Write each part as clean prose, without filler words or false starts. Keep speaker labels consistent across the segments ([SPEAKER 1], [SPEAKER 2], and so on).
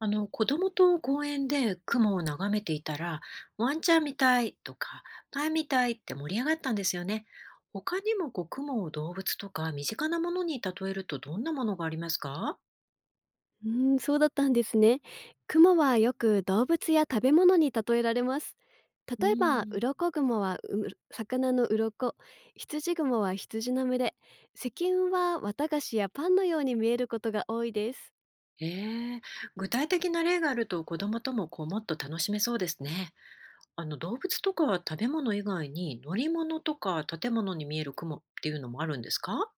[SPEAKER 1] 子供と公園で雲を眺めていたら、ワンちゃんみたいとか、パイみたいって盛り上がったんですよね。他にも雲を動物とか身近なものに例えるとどんなものがありますか？
[SPEAKER 2] うーん、そうだったんですね。クモはよく動物や食べ物に例えられます。
[SPEAKER 1] う
[SPEAKER 2] 例えば、
[SPEAKER 1] ん。
[SPEAKER 2] 鱗雲は魚の鱗、羊雲は羊の群れ、石雲は綿菓子やパンのように見えることが多いです。
[SPEAKER 1] ええ。具体的な例があると子供とももっと楽しめそうですね。あの、動物とか食べ物以外に乗り物とか建物に見える雲っていうのもあるんですか？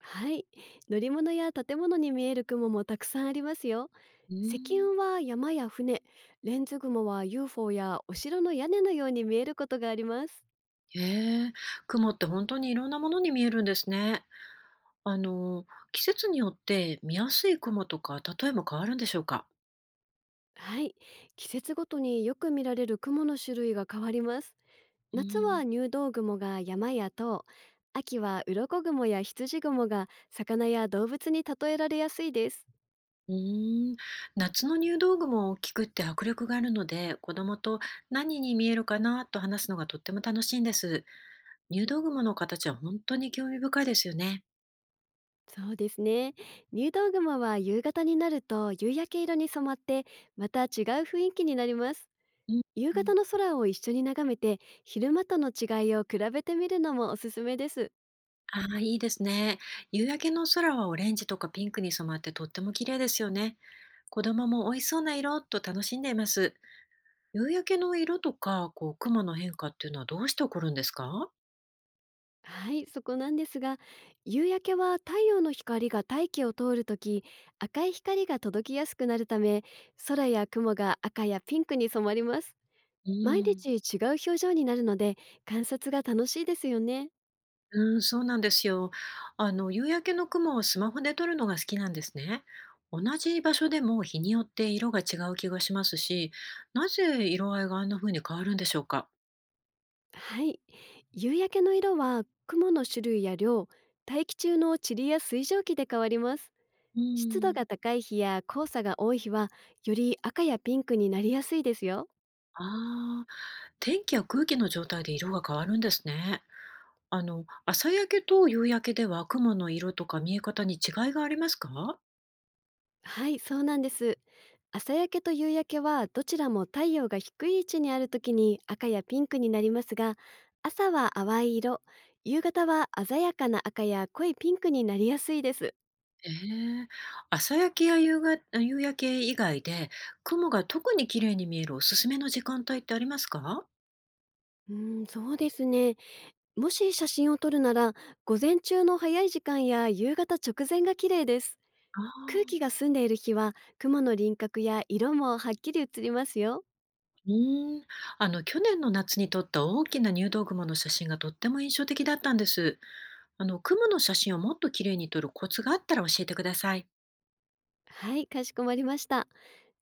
[SPEAKER 2] はい、乗り物や建物に見える雲もたくさんありますよ。
[SPEAKER 1] う
[SPEAKER 2] 石
[SPEAKER 1] ん。
[SPEAKER 2] 雲は山や船、レンズ雲は UFO やお城の屋根のように見えることがあります。
[SPEAKER 1] ええ。雲って本当にいろんなものに見えるんですね。あの、季節によって見やすい雲とか、例えも変わるんでしょうか？
[SPEAKER 2] はい、季節ごとによく見られる雲の種類が変わります。
[SPEAKER 1] う
[SPEAKER 2] 夏
[SPEAKER 1] ーん。
[SPEAKER 2] は入道雲が山や塔、秋は鱗雲や羊雲が魚や動物に例えられやすいです。
[SPEAKER 1] うーん、夏の入道雲を大きくって迫力があるので、子供と何に見えるかなと話すのがとっても楽しいんです。入道雲の形は本当に興味深いですよね。
[SPEAKER 2] そうですね。入道雲は夕方になると夕焼け色に染まって、また違う雰囲気になります。
[SPEAKER 1] うん。
[SPEAKER 2] 夕
[SPEAKER 1] うん、
[SPEAKER 2] 方の空を一緒に眺めて、昼間との違いを比べてみるのもおすすめです。
[SPEAKER 1] ああ、いいですね。夕焼けの空はオレンジとかピンクに染まってとっても綺麗ですよね。子供も美味しそうな色と楽しんでいます。夕焼けの色とか、雲の変化っていうのはどうして起こるんですか？
[SPEAKER 2] はい、そこなんですが、夕焼けは太陽の光が大気を通るとき、赤い光が届きやすくなるため、空や雲が赤やピンクに染まります。
[SPEAKER 1] う
[SPEAKER 2] 毎
[SPEAKER 1] ん。
[SPEAKER 2] 日違う表情になるので、観察が楽しいですよね。
[SPEAKER 1] うん、そうなんですよ。あの、夕焼けの雲をスマホで撮るのが好きなんですね。同じ場所でも日によって色が違う気がしますし、なぜ色合いがあんな風に変わるんでしょうか？
[SPEAKER 2] はい、夕焼けの色は雲の種類や量、大気中の塵や水蒸気で変わります。
[SPEAKER 1] う
[SPEAKER 2] 湿度
[SPEAKER 1] ん。
[SPEAKER 2] が高い日や黄砂が多い日は、より赤やピンクになりやすいですよ。
[SPEAKER 1] ああ、天気や空気の状態で色が変わるんですね。あの、朝焼けと夕焼けでは雲の色とか見え方に違いがありますか？
[SPEAKER 2] はい、そうなんです。朝焼けと夕焼けはどちらも太陽が低い位置にある時に赤やピンクになりますが、朝は淡い色、夕方は鮮やかな赤や濃いピンクになりやすいです。
[SPEAKER 1] ええ、朝焼けや夕が夕焼け以外で、雲が特に綺麗に見えるおすすめの時間帯ってありますか？
[SPEAKER 2] うん、そうですね。もし写真を撮るなら、午前中の早い時間や夕方直前が綺麗です。
[SPEAKER 1] あ
[SPEAKER 2] 空
[SPEAKER 1] あ。
[SPEAKER 2] 気が澄んでいる日は雲の輪郭や色もはっきり映りますよ。
[SPEAKER 1] うーん、あの、去年の夏に撮った大きな入道雲の写真がとっても印象的だったんです。あの、雲の写真をもっと綺麗に撮るコツがあったら教えてください。
[SPEAKER 2] はい、かしこまりました。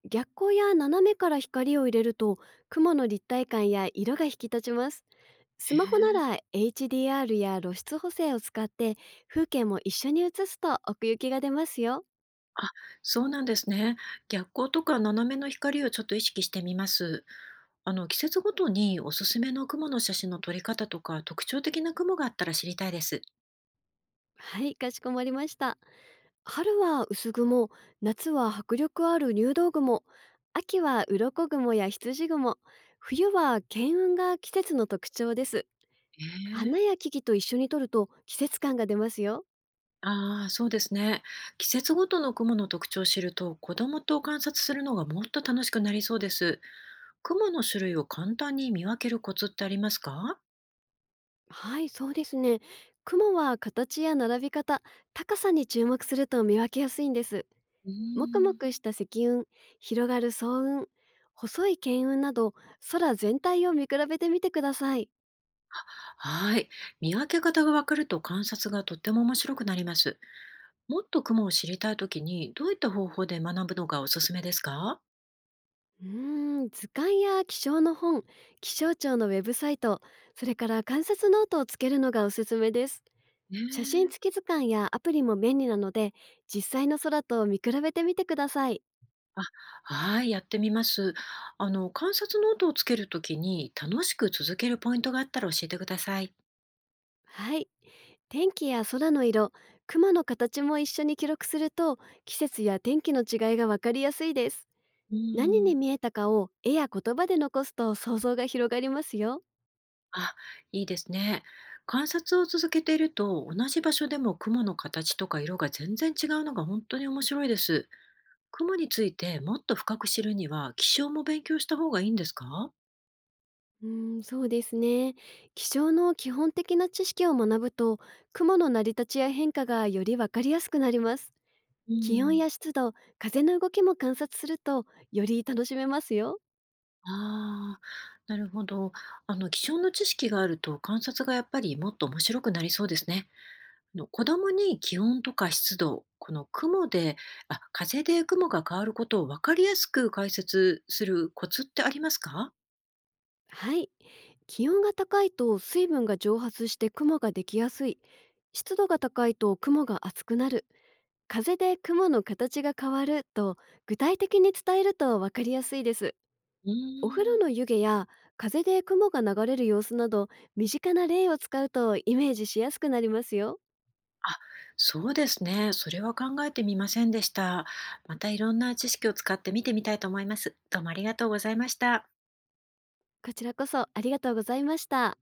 [SPEAKER 2] 逆光や斜めから光を入れると雲の立体感や色が引き立ちます。
[SPEAKER 1] へ
[SPEAKER 2] スマホな
[SPEAKER 1] え。
[SPEAKER 2] ら HDR や露出補正を使って風景も一緒に写すと奥行きが出ますよ。
[SPEAKER 1] あ、そうなんですね。逆光とか斜めの光をちょっと意識してみます。あの、季節ごとにおすすめの雲の写真の撮り方とか、特徴的な雲があったら知りたいです。
[SPEAKER 2] はい、かしこまりました。春は薄雲、夏は迫力ある入道雲、秋は鱗雲や羊雲、冬は剣雲が季節の特徴です。
[SPEAKER 1] え
[SPEAKER 2] 花
[SPEAKER 1] え、
[SPEAKER 2] や木々と一緒に撮ると季節感が出ますよ。
[SPEAKER 1] ああ、そうですね。季節ごとの雲の特徴を知ると、子供と観察するのがもっと楽しくなりそうです。雲の種類を簡単に見分けるコツってありますか？
[SPEAKER 2] はい、そうですね。雲は形や並び方、高さに注目すると見分けやすいんです。
[SPEAKER 1] うー
[SPEAKER 2] もくもく
[SPEAKER 1] ん。
[SPEAKER 2] した積雲、広がる層雲、細い巻雲など、空全体を見比べてみてください。
[SPEAKER 1] はい。見分け方がわかると観察がとっても面白くなります。もっと雲を知りたいときに、どういった方法で学ぶのがおすすめですか？
[SPEAKER 2] うーん、図鑑や気象の本、気象庁のウェブサイト、それから観察ノートをつけるのがおすすめです。
[SPEAKER 1] ね
[SPEAKER 2] 写真
[SPEAKER 1] え。
[SPEAKER 2] 付き図鑑やアプリも便利なので、実際の空と見比べてみてください。
[SPEAKER 1] あ、はい、やってみます。あの、観察ノートをつけるときに楽しく続けるポイントがあったら教えてください。
[SPEAKER 2] はい。天気や空の色、雲の形も一緒に記録すると、季節や天気の違いがわかりやすいです。
[SPEAKER 1] う
[SPEAKER 2] 何に
[SPEAKER 1] ん、
[SPEAKER 2] 見えたかを絵や言葉で残すと想像が広がりますよ。
[SPEAKER 1] あ、いいですね。観察を続けていると、同じ場所でも雲の形とか色が全然違うのが本当に面白いです。雲についてもっと深く知るには、気象も勉強した方がいいんですか？
[SPEAKER 2] うん、そうですね。気象の基本的な知識を学ぶと、雲の成り立ちや変化がよりわかりやすくなります。
[SPEAKER 1] う
[SPEAKER 2] 気温
[SPEAKER 1] ん、
[SPEAKER 2] や湿度、風の動きも観察すると、より楽しめますよ。
[SPEAKER 1] ああー、なるほど。あの、気象の知識があると観察がやっぱりもっと面白くなりそうですね。あの、子供に気温とか湿度、この雲で、あ、風で雲が変わることを分かりやすく解説するコツってありますか？
[SPEAKER 2] はい。気温が高いと水分が蒸発して雲ができやすい。湿度が高いと雲が厚くなる。風で雲の形が変わると具体的に伝えると分かりやすいです。
[SPEAKER 1] うー
[SPEAKER 2] お風呂
[SPEAKER 1] ん。
[SPEAKER 2] の湯気や風で雲が流れる様子など身近な例を使うとイメージしやすくなりますよ。
[SPEAKER 1] あ、そうですね。それは考えてみませんでした。またいろんな知識を使って見てみたいと思います。どうもありがとうございました。
[SPEAKER 2] こちらこそありがとうございました。